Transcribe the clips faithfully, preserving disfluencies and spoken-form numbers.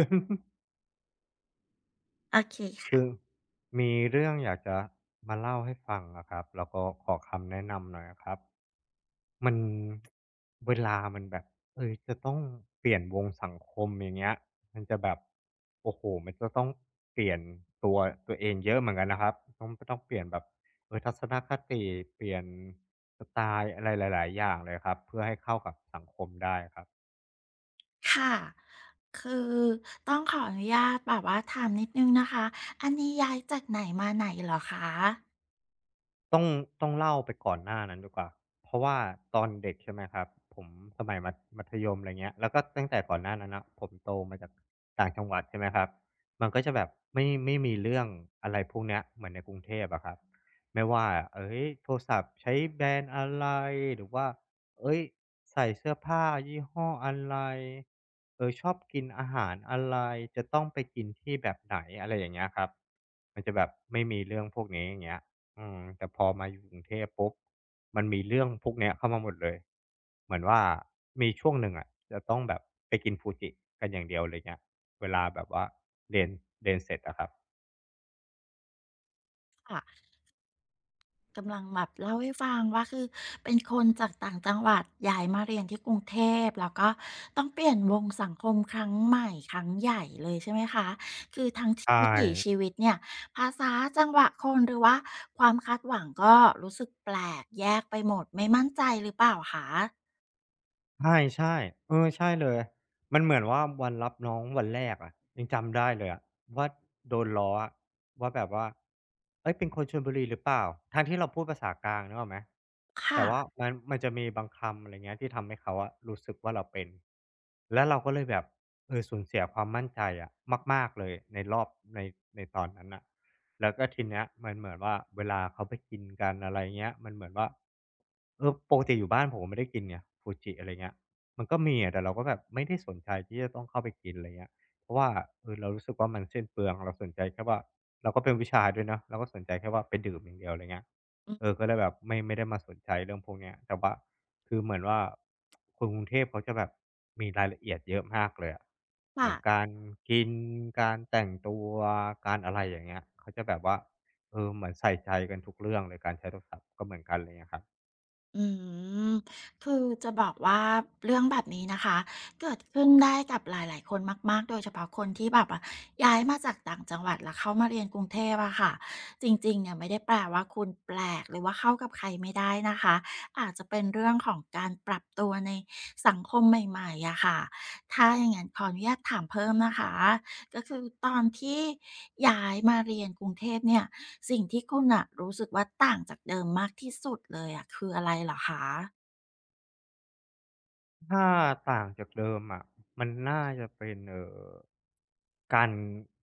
คือมีเรื่องอยากจะมาเล่าให้ฟังอะครับแล้วก็ขอคำแนะนำหน่อยอะครับมัน เวลามันแบบเออจะต้องเปลี่ยนวงสังคมอย่างเงี้ยมันจะแบบโอ้โหมันจะต้องเปลี่ยนตัวตัวเองเยอะเหมือนกันนะครับต้องต้องเปลี่ยนแบบเออทัศนคติเปลี่ยนสไตล์อะไรหลายๆอย่างเลยครับเพื่อให้เข้ากับสังคมได้ครับ ค่ะ คือต้องขออนุญาตแบบว่าถามนิดนึงนะคะ อันนี้ย้ายจากไหนมาไหนเหรอคะต้องต้องเล่าไปก่อนหน้านั้นดีกว่าเพราะว่าตอนเด็กใช่ไหมครับผมสมัยมัธมัธยมอะไรเงี้ยแล้วก็ตั้งแต่ก่อนหน้านั้นน่ะผมโตมาจากต่างจังหวัดใช่ไหมครับมันก็จะแบบไม่ไม่มีเรื่องอะไรพวกเนี้ยเหมือนในกรุงเทพอะครับไม่ว่าเฮ้ยโทรศัพท์ใช้แบรนด์อะไรหรือว่าเฮ้ยใส่เสื้อผ้ายี่ห้ออะไรเออชอบกินอาหารอะไรจะต้องไปกินที่แบบไหนอะไรอย่างเงี้ยครับมันจะแบบไม่มีเรื่องพวกนี้อย่างเงี้ย อืมแต่พอมาอยู่กรุงเทพปุ๊บมันมีเรื่องพวกเนี้ยเข้ามาหมดเลย เหมือนว่ามีช่วงหนึ่งอะจะต้องแบบไปกินฟูจิกันอย่างเดียวเลยเงี้ยเวลาแบบว่าเรียนเรียนเสร็จอะครับค่ะกำลังแบบเล่าให้ฟังว่าคือเป็นคนจากต่างจังหวัดย้ายมาเรียนที่กรุงเทพแล้วก็ต้องเปลี่ยนวงสังคมครั้งใหม่ครั้งใหญ่เลยใช่ไหมคะ คือทั้งทใช่ วิถีชีวิตเนี่ย ภาษาจังหวะคนหรือว่าความคาดหวังก็รู้สึกแปลกแยกไปหมดไม่มั่นใจหรือเปล่าคะใช่ใช่เออใช่เลยมันเหมือนว่าวันรับน้องวันแรกอะยังจำได้เลยอะว่าโดนล้ออะว่าแบบว่าเฮ้ยเป็นคนชลบุรีหรือเปล่าทั้งที่เราพูดภาษากลางนึกออกไหมค่ะแต่ว่ามันมันจะมีบางคำอะไรเงี้ยที่ทำให้เขาอะรู้สึกว่าเราเป็นแล้วเราก็เลยแบบเออสูญเสียความมั่นใจอะมากๆเลยในรอบในในตอนนั้นน่ะ แล้วก็ทีเนี้ยมันเหมือนว่าเวลาเขาไปกินกันอะไรเงี้ยมันเหมือนว่าเออปกติอยู่บ้านผมไม่ได้กินไงฟูจิอะไรเงี้ยมันก็มีอะแต่เราก็แบบไม่ได้สนใจที่จะต้องเข้าไปกินอะไรเงี้ยเพราะว่าเออเรารู้สึกว่ามันสิ้นเปลืองเราสนใจแค่ว่าเราก็เป็นผู้ชายด้วยเนาะเราก็สนใจแค่ว่าไปดื่มอย่างเดียวอะไรเงี้ยอืมเออก็เลยแบบไม่ไม่ได้มาสนใจเรื่องพวกเนี้ยแต่ว่า คือเหมือนว่าคนกรุงเทพเขาจะแบบมีรายละเอียดเยอะมากเลยอะเหค่ะ มือนการกินการแต่งตัวการอะไรอย่างเงี้ยเขาจะแบบว่าเออเหมือนใส่ใจกันทุกเรื่องเลยการใช้โทรศัพท์ก็เหมือนกันไรเงี้ยครับ อืมคือจะบอกว่าเรื่องแบบนี้นะคะเกิดขึ้นได้กับหลายๆคนมากๆโดยเฉพาะคนที่แบบว่าย้ายมาจากต่างจังหวัดแล้วเข้ามาเรียนกรุงเทพอะค่ะจริงๆเนี่ยไม่ได้แปลว่าคุณแปลกหรือว่าเข้ากับใครไม่ได้นะคะอาจจะเป็นเรื่องของการปรับตัวในสังคมใหม่ๆอะค่ะถ้าอย่างงั้นขออนุญาตถามเพิ่มนะคะ ก็คือตอนที่ย้ายมาเรียนกรุงเทพเนี่ยสิ่งที่คุณน่ะรู้สึกว่าต่างจากเดิมมากที่สุดเลยอะคืออะไรเหรอคะถ้าต่างจากเดิมอะมันน่าจะเป็นเอ่อการ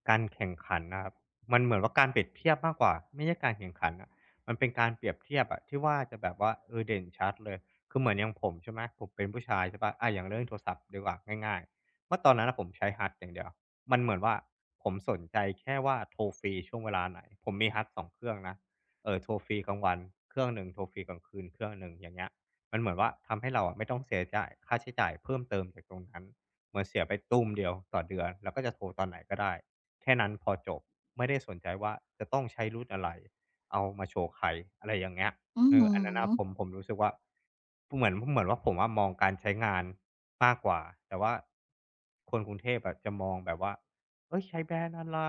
การแข่งขันนะครับมันเหมือนว่าการเปรียบเทียบมากกว่าไม่ใช่การแข่งขันนะมันเป็นการเปรียบเทียบอะที่ว่าจะแบบว่าเออเด่นชัดเลยคือเหมือนอย่างผมใช่ไหมผมเป็นผู้ชายใช่เปล่าอาอย่างเรื่องโทรศัพท์ดีกว่าง่ายๆเมื่อตอนนั้นน่ะผมใช้ เอช ยู ดี อย่างเดียวมันเหมือนว่าผมสนใจแค่ว่าโทรฟรีช่วงเวลาไหนผมมี เอช ยู ดี สองเครื่องนะเอ่อโทรฟรีกลางวันเครื่องหนึ่งโทรฟรีกลางคืนเครื่องหนึ่งอย่างเงี้ย มันเหมือนว่าทำให้เราอะไม่ต้องเสียจ่ายค่าใช้จ่ายเพิ่มเติมจากตรงนั้นเหมือนเสียไปตูมเดียวต่อเดือนแล้วก็จะโทรตอนไหนก็ได้แค่นั้นพอจบไม่ได้สนใจว่าจะต้องใช้รู u t อะไรเอามาโชว์ใครอะไรอย่างเงี้ยอือเออฮึอันนั้นน่ะผมผมรู้สึกว่าเหมือนเหมือนว่าผมอะมองการใช้งานมากกว่าแต่ว่าคนกรุงเทพอะจะมองแบบว่าเฮ้ยใช้แบรนด์อะไร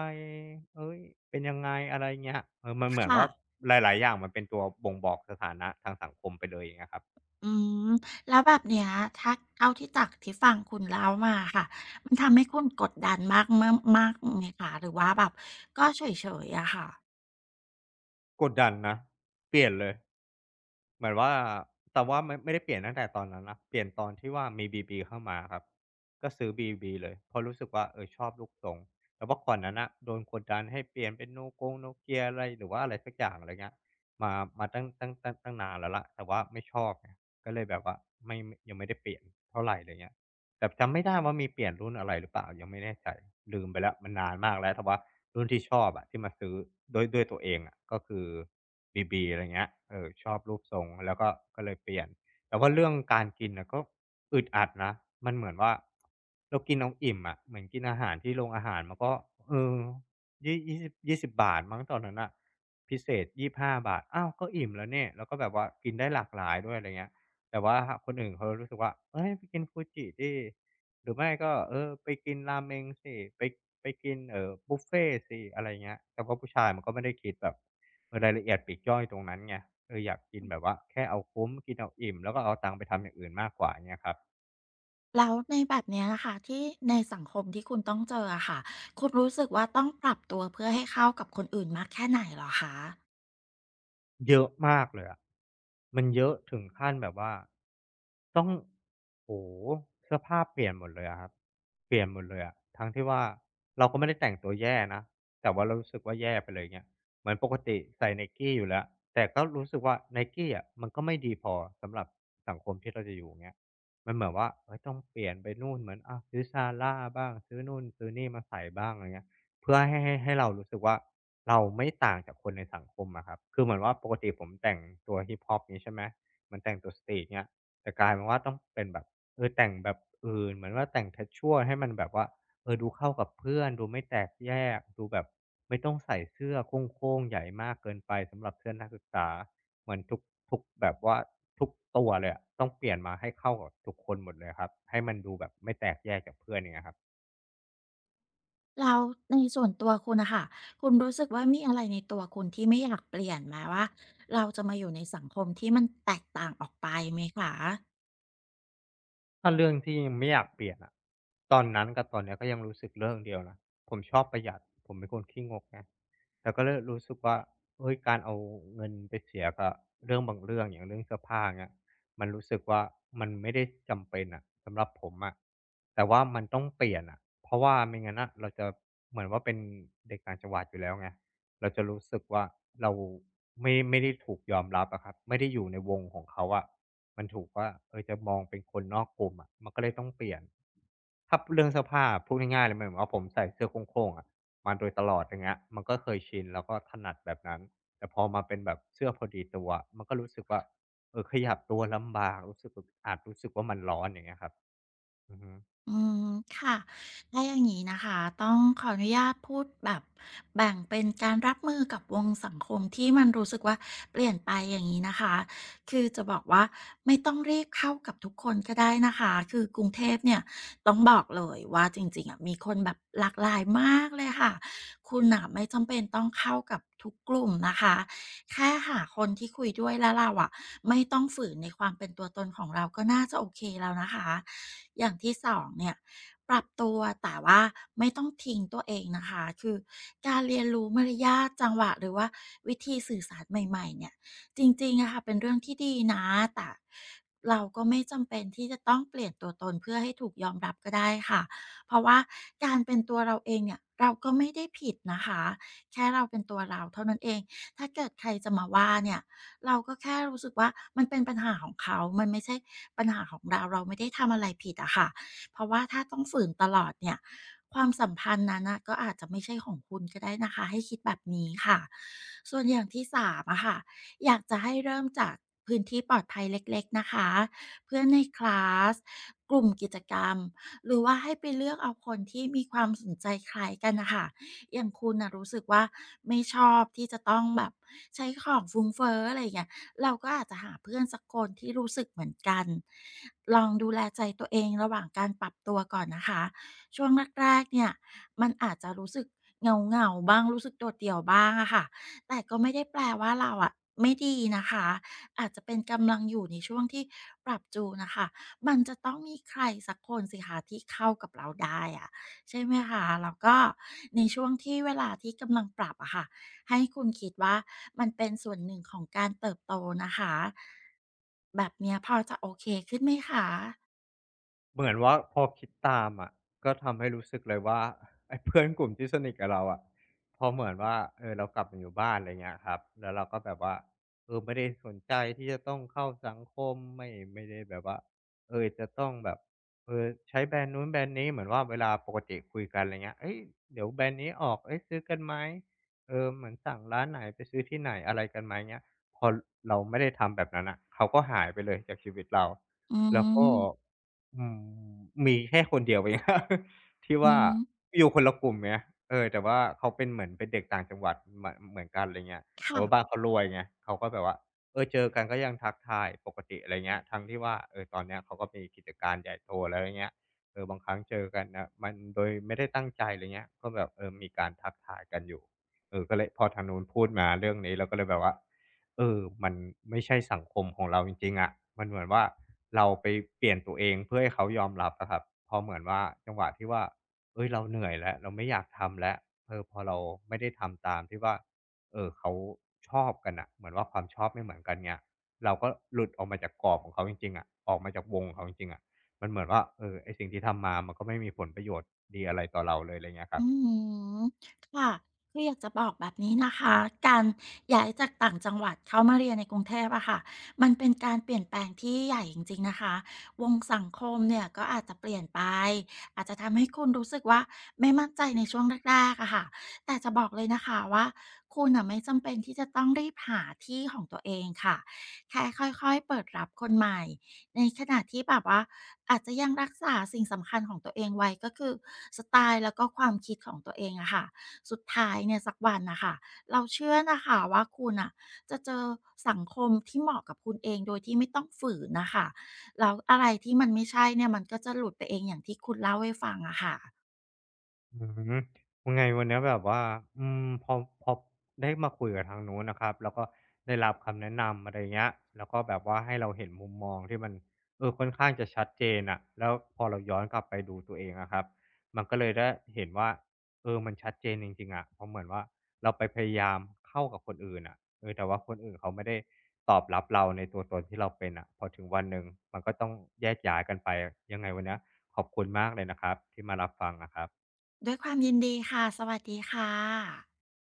เฮ้ยเป็นยังไงอะไรเงี้ยเออมันเหมือนค่ะว่าหลายๆอย่างมันเป็นตัวบ่งบอกสถานะทางสังคมไปเลยอย่างเงี้ยครับ อืมแล้วแบบเนี้ยถ้าเท่าที่จากที่ฟังคุณเล่ามาค่ะมันทำให้คุณกดดันมากเม่มมากไหมคะหรือว่าแบบก็เฉยๆอะค่ะกดดันนะเปลี่ยนเลยเหมือนว่าแต่ว่าไม่ไม่ได้เปลี่ยนตั้งแต่ตอนนั้นนะเปลี่ยนตอนที่ว่ามี บี บี เข้ามาครับก็ซื้อ บี บี เลยเพราะรู้สึกว่าเออชอบลูกทรงแต่ว่าก่อนนั้นน่ะโดนกดดันให้เปลี่ยนเป็นโนกง Nokia อะไรหรือว่าอะไรสักอย่างอะไรเงี้ยมามาตั้งตั้งตั้งตั้งนานแล้วล่ะแต่ว่าไม่ชอบไงก็เลยแบบว่าไม่ยังไม่ได้เปลี่ยนเท่าไรไรเงี้ย แต่จำไม่ได้ว่ามีเปลี่ยนรุ่นอะไรหรือเปล่ายังไม่แน่ใจลืมไปแล้วมันนานมากแล้วแต่ว่ารุ่นที่ชอบอะที่มาซื้อด้วยด้วยตัวเองอะก็คือ บี บี อะไรเงี้ยเออชอบรูปทรงแล้วก็ก็เลยเปลี่ยนแต่ว่าเรื่องการกินน่ะก็อึดอัดนะมันเหมือนว่าเรากินเอาอิ่มอะเหมือนกินอาหารที่โรงอาหารมันก็เออยี่ยี่ ยี่สิบบยี่สิบบาทมั้งตอนนั้นน่ะพิเศษยี่บห้าบาทอ้าวก็อิ่มแล้วเนี่ยแล้วก็แบบว่ากินได้หลากหลายด้วยอะไรเงี้ย แต่ว่าคนอื่นเขารู้สึกว่าเฮ้ยไปกินฟูจิดิ หรือไม่ก็เออไปกินราเมงสิ ไปไปกินเอ่อบุฟเฟต์สิอะไรเงี้ยแต่ว่าผู้ชายมันก็ไม่ได้คิดแบบเออรายละเอียดปลีกย่อยตรงนั้นไงเอออยากกินแบบว่าแค่เอาคุ้มกินเอาอิ่มแล้วก็เอาตังค์ไปทำอย่างอื่นมากกว่าเงี้ยครับ แล้วในแบบเนี้ยค่ะที่ในสังคมที่คุณต้องเจออะค่ะคุณรู้สึกว่าต้องปรับตัวเพื่อให้เข้ากับคนอื่นมากแค่ไหนเหรอคะ เยอะมากเลยอะมันเยอะถึงขั้นแบบว่าต้องโอ้โฮเสื้อผ้าเปลี่ยนหมดเลยอะครับเปลี่ยนหมดเลยอะทั้งที่ว่าเราก็ไม่ได้แต่งตัวแย่นะแต่ว่าเรารู้สึกว่าแย่ไปเลยเงี้ยเหมือนปกติใส่ Nike อยู่แล้วแต่ก็รู้สึกว่า Nike อะมันก็ไม่ดีพอสำหรับสังคมที่เราจะอยู่เงี้ยมันเหมือนว่าเฮ้ยต้องเปลี่ยนไปนู่นเหมือนอาซื้อ Zara บ้างซื้อนู่นซื้อนี่มาใส่บ้างอะไรเงี้ย เพื่อให้ให้ให้เรารู้สึกว่าเราไม่ต่างจากคนในสังคมอะครับคือเหมือนว่าปกติผมแต่งตัวฮิปฮอปนี้ใช่ไหม มันแต่งตัวสตรีทเนี้ยแต่กลายเป็นว่าต้องเป็นแบบเออแต่งแบบอื่นเหมือนว่าแต่ง c a ชช a วลให้มันแบบว่าเออดูเข้ากับเพื่อนดูไม่แตกแยกดูแบบไม่ต้องใส่เสื้อโค้งๆใหญ่มากเกินไปสำหรับเพื่อนนักศึกษาเหมือนทุกทุกแบบว่าทุกตัวเลยอะต้องเปลี่ยนมาให้เข้ากับทุกคนหมดเลยครับให้มันดูแบบไม่แตกแยกจากเพื่อนอย่างเงี้ยครับ แล้วในส่วนตัวคุณนะคะ คุณรู้สึกว่ามีอะไรในตัวคุณที่ไม่อยากเปลี่ยนไหมว่าเราจะมาอยู่ในสังคมที่มันแตกต่างออกไปไหมคะ ถ้าเรื่องที่ยังไม่อยากเปลี่ยนอะตอนนั้นกับตอนเนี้ยก็ยังรู้สึกเรื่องเดียวนะผมชอบประหยัดผมเป็นคนขี้งกไงแต่ก็เลยรู้สึกว่าเฮ้ยการเอาเงินไปเสียกับเรื่องบางเรื่องอย่างเรื่องเสื้อผ้าเงี้ยมันรู้สึกว่ามันไม่ได้จำเป็นอะสำหรับผมอะแต่ว่ามันต้องเปลี่ยนอะเพราะว่าไม่งั้นน่ะเราจะเหมือนว่าเป็นเด็กต่างจังหวัดอยู่แล้วไงเราจะรู้สึกว่าเราไม่ไม่ได้ถูกยอมรับอะครับไม่ได้อยู่ในวงของเขาอะ มันถูกว่าเออจะมองเป็นคนนอกกลุ่มอะมันก็เลยต้องเปลี่ยนถ้าเรื่องเสื้อผ้าพูดง่ายๆเลยหมายถึงว่าผมใส่เสื้อโคร่งๆอะมาโดยตลอดอย่างเงี้ยมันก็เคยชินแล้วก็ถนัดแบบนั้นแต่พอมาเป็นแบบเสื้อพอดีตัวอะมันก็รู้สึกว่าเออขยับตัวลำบากรู้สึกอึดอัดรู้สึกว่ามันร้อนอย่างเงี้ยครับอือฮึ อืมค่ะถ้าอย่างนี้นะคะ ต้องขออนุญาตพูดแบบแบ่งเป็นการรับมือกับวงสังคมที่มันรู้สึกว่าเปลี่ยนไปอย่างนี้นะคะ คือจะบอกว่าไม่ต้องรีบเข้ากับทุกคนก็ได้นะคะ คือกรุงเทพเนี่ยต้องบอกเลยว่าจริงๆอะมีคนแบบหลากหลายมากเลยค่ะคุณอ่ะไม่จำเป็นต้องเข้ากับทุกกลุ่มนะคะ แค่หาคนที่คุยด้วยแล้วเราอะไม่ต้องฝืนในความเป็นตัวตนของเราก็น่าจะโอเคแล้วนะคะอย่างที่สองเนี่ยปรับตัวแต่ว่าไม่ต้องทิ้งตัวเองนะคะคือการเรียนรู้มารยาทจังหวะหรือว่าวิธีสื่อสารใหม่ๆเนี่ยจริงๆอะค่ะเป็นเรื่องที่ดีนะแต่เราก็ไม่จำเป็นที่จะต้องเปลี่ยนตัวตนเพื่อให้ถูกยอมรับก็ได้ค่ะเพราะว่าการเป็นตัวเราเองเนี่ยเราก็ไม่ได้ผิดนะคะแค่เราเป็นตัวเราเท่านั้นเอง ถ้าเกิดใครจะมาว่าเนี่ยเราก็แค่รู้สึกว่ามันเป็นปัญหาของเขา มันไม่ใช่ปัญหาของเราเราไม่ได้ทำอะไรผิดอะค่ะเพราะว่าถ้าต้องฝืนตลอดเนี่ยความสัมพันธ์นั้นน่ะก็อาจจะไม่ใช่ของคุณก็ได้นะคะให้คิดแบบนี้ค่ะส่วนอย่างที่สามอะค่ะอยากจะให้เริ่มจากพื้นที่ปลอดภัยเล็กๆนะคะเพื่อนในคลาสกลุ่มกิจกรรมหรือว่าให้ไปเลือกเอาคนที่มีความสนใจคล้ายกันน่ะค่ะ อย่างคุณนะรู้สึกว่าไม่ชอบที่จะต้องแบบใช้ของฟุ้งเฟ้ออะไรอย่างเงี้ยเราก็อาจจะหาเพื่อนสักคนที่รู้สึกเหมือนกันลองดูแลใจตัวเองระหว่างการปรับตัวก่อนนะคะช่วงแรกๆเนี่ยมันอาจจะรู้สึกเหงาๆบ้างรู้สึกโดดเดี่ยวบ้างอะค่ะแต่ก็ไม่ได้แปลว่าเราอะไม่ดีนะคะอาจจะเป็นกำลังอยู่ในช่วงที่ปรับจูนนะคะมันจะต้องมีใครสักคนสิคะที่เข้ากับเราได้อะ ใช่ไหมคะแล้วก็ในช่วงที่เวลาที่กำลังปรับอะค่ะให้คุณคิดว่ามันเป็นส่วนหนึ่งของการเติบโตนะคะแบบเนี้ยพอจะโอเคขึ้นไหมคะเหมือนว่าพอคิดตามอะก็ทำให้รู้สึกเลยว่า ไอ้เพื่อนกลุ่มที่สนิทกับเราอะพอเหมือนว่าเออเรากลับมาอยู่บ้านอะไรเงี้ยครับแล้วเราก็แบบว่าเออไม่ได้สนใจที่จะต้องเข้าสังคมไม่ไม่ได้แบบว่าเออจะต้องแบบเออใช้แบรนด์นู้นแบรนด์นี้เหมือนว่าเวลาปกติคุยกันอะไรเงี้ยเอ้ยเดี๋ยวแบรนด์นี้ออกเอ้ยซื้อกันไหมเออเหมือนสั่งร้านไหนไปซื้อที่ไหนอะไรกันไหมเงี้ยพอเราไม่ได้ทำแบบนั้นอ่ะเขาก็หายไปเลยจากชีวิตเราอืแล้วก็ มอืมมีแค่คนเดียวเอง ครับที่อือว่าฮึอยู่คนละกลุ่มไงเออแต่ว่าเขาเป็นเหมือนเป็นเด็กต่างจังหวัดเหมือนเหมือนกันอะไรเงี้ยแต่ว่าบ้านค่ะ เขารวยไงเขาก็แบบว่าเออเจอกันก็ยังทักทายปกติอะไรเงี้ยทั้งที่ว่าเออตอนเนี้ยเขาก็มีกิจการใหญ่โตแล้วอย่างเงี้ยเออบางครั้งเจอกันน่ะมันโดยไม่ได้ตั้งใจอะไรเงี้ยก็แบบเออมีการทักทายกันอยู่เออก็เลยพอทางนู้นพูดมาเรื่องนี้เราก็เลยแบบว่า เออมันไม่ใช่สังคมของเราจริงๆอะมันเหมือนว่าเราไปเปลี่ยนตัวเองเพื่อให้เขายอมรับอะครับพอเหมือนว่าจังหวะที่ว่าเฮ้ยเราเหนื่อยแล้วเราไม่อยากทำแล้วเออพอเราไม่ได้ทำตามที่ว่าเอ่อเขาชอบกันน่ะเหมือนว่าความชอบไม่เหมือนกันเนี่ยเราก็หลุดออกมาจากกรอบของเขาจริงๆอะออกมาจากวงของเขาจริงๆอะมันเหมือนว่าเออไอ้สิ่งที่ทำมามันก็ไม่มีผลประโยชน์ดีอะไรต่อเราเลยไรเงี้ยครัอืบ มค่ะคืออยากจะบอกแบบนี้นะคะการย้ายจากต่างจังหวัดเข้ามาเรียนในกรุงเทพอะค่ะมันเป็นการเปลี่ยนแปลงที่ใหญ่จริงๆนะคะวงสังคมเนี่ยก็อาจจะเปลี่ยนไปอาจจะทำให้คุณรู้สึกว่าไม่มั่นใจในช่วงแรกๆอะค่ะแต่จะบอกเลยนะคะว่าคุณนะไม่จำเป็นที่จะต้องรีบหาที่ของตัวเองค่ะแค่ค่อยๆเปิดรับคนใหม่ ในขณะที่แบบว่าอาจจะยังรักษาสิ่งสำคัญของตัวเองไว้ก็คือสไตล์แล้วก็ความคิดของตัวเองอะค่ะสุดท้ายเนี่ยสักวันน่ะค่ะเราเชื่อนะคะว่าคุณน่ะจะเจอสังคมที่เหมาะกับคุณเองโดยที่ไม่ต้องฝืนน่ะค่ะแล้วอะไรที่มันไม่ใช่เนี่ยมันก็จะหลุดไปเองอย่างที่คุณเล่าให้ฟังอะค่ะอืมยังไงวันเนี้ยแบบว่าอืมพอพอได้มาคุยกับทางนู้นนะครับแล้วก็ได้รับคำแนะนำอะไรเงี้ยแล้วก็แบบว่าให้เราเห็นมุมมองที่มันเออค่อนข้างจะชัดเจนอะแล้วพอเราย้อนกลับไปดูตัวเองอะครับมันก็เลยได้เห็นว่าเออมันชัดเจนจริงๆอะเพราะเหมือนว่าเราไปพยายามเข้ากับคนอื่นอะเออแต่ว่าคนอื่นเขาไม่ได้ตอบรับเราในตัวตนที่เราเป็นอะพอถึงวันหนึ่งมันก็ต้องแยกย้ายกันไปยังไงวันเนี้ยขอบคุณมากเลยนะครับที่มารับฟังนะครับด้วยความยินดีค่ะสวัสดีค่ะ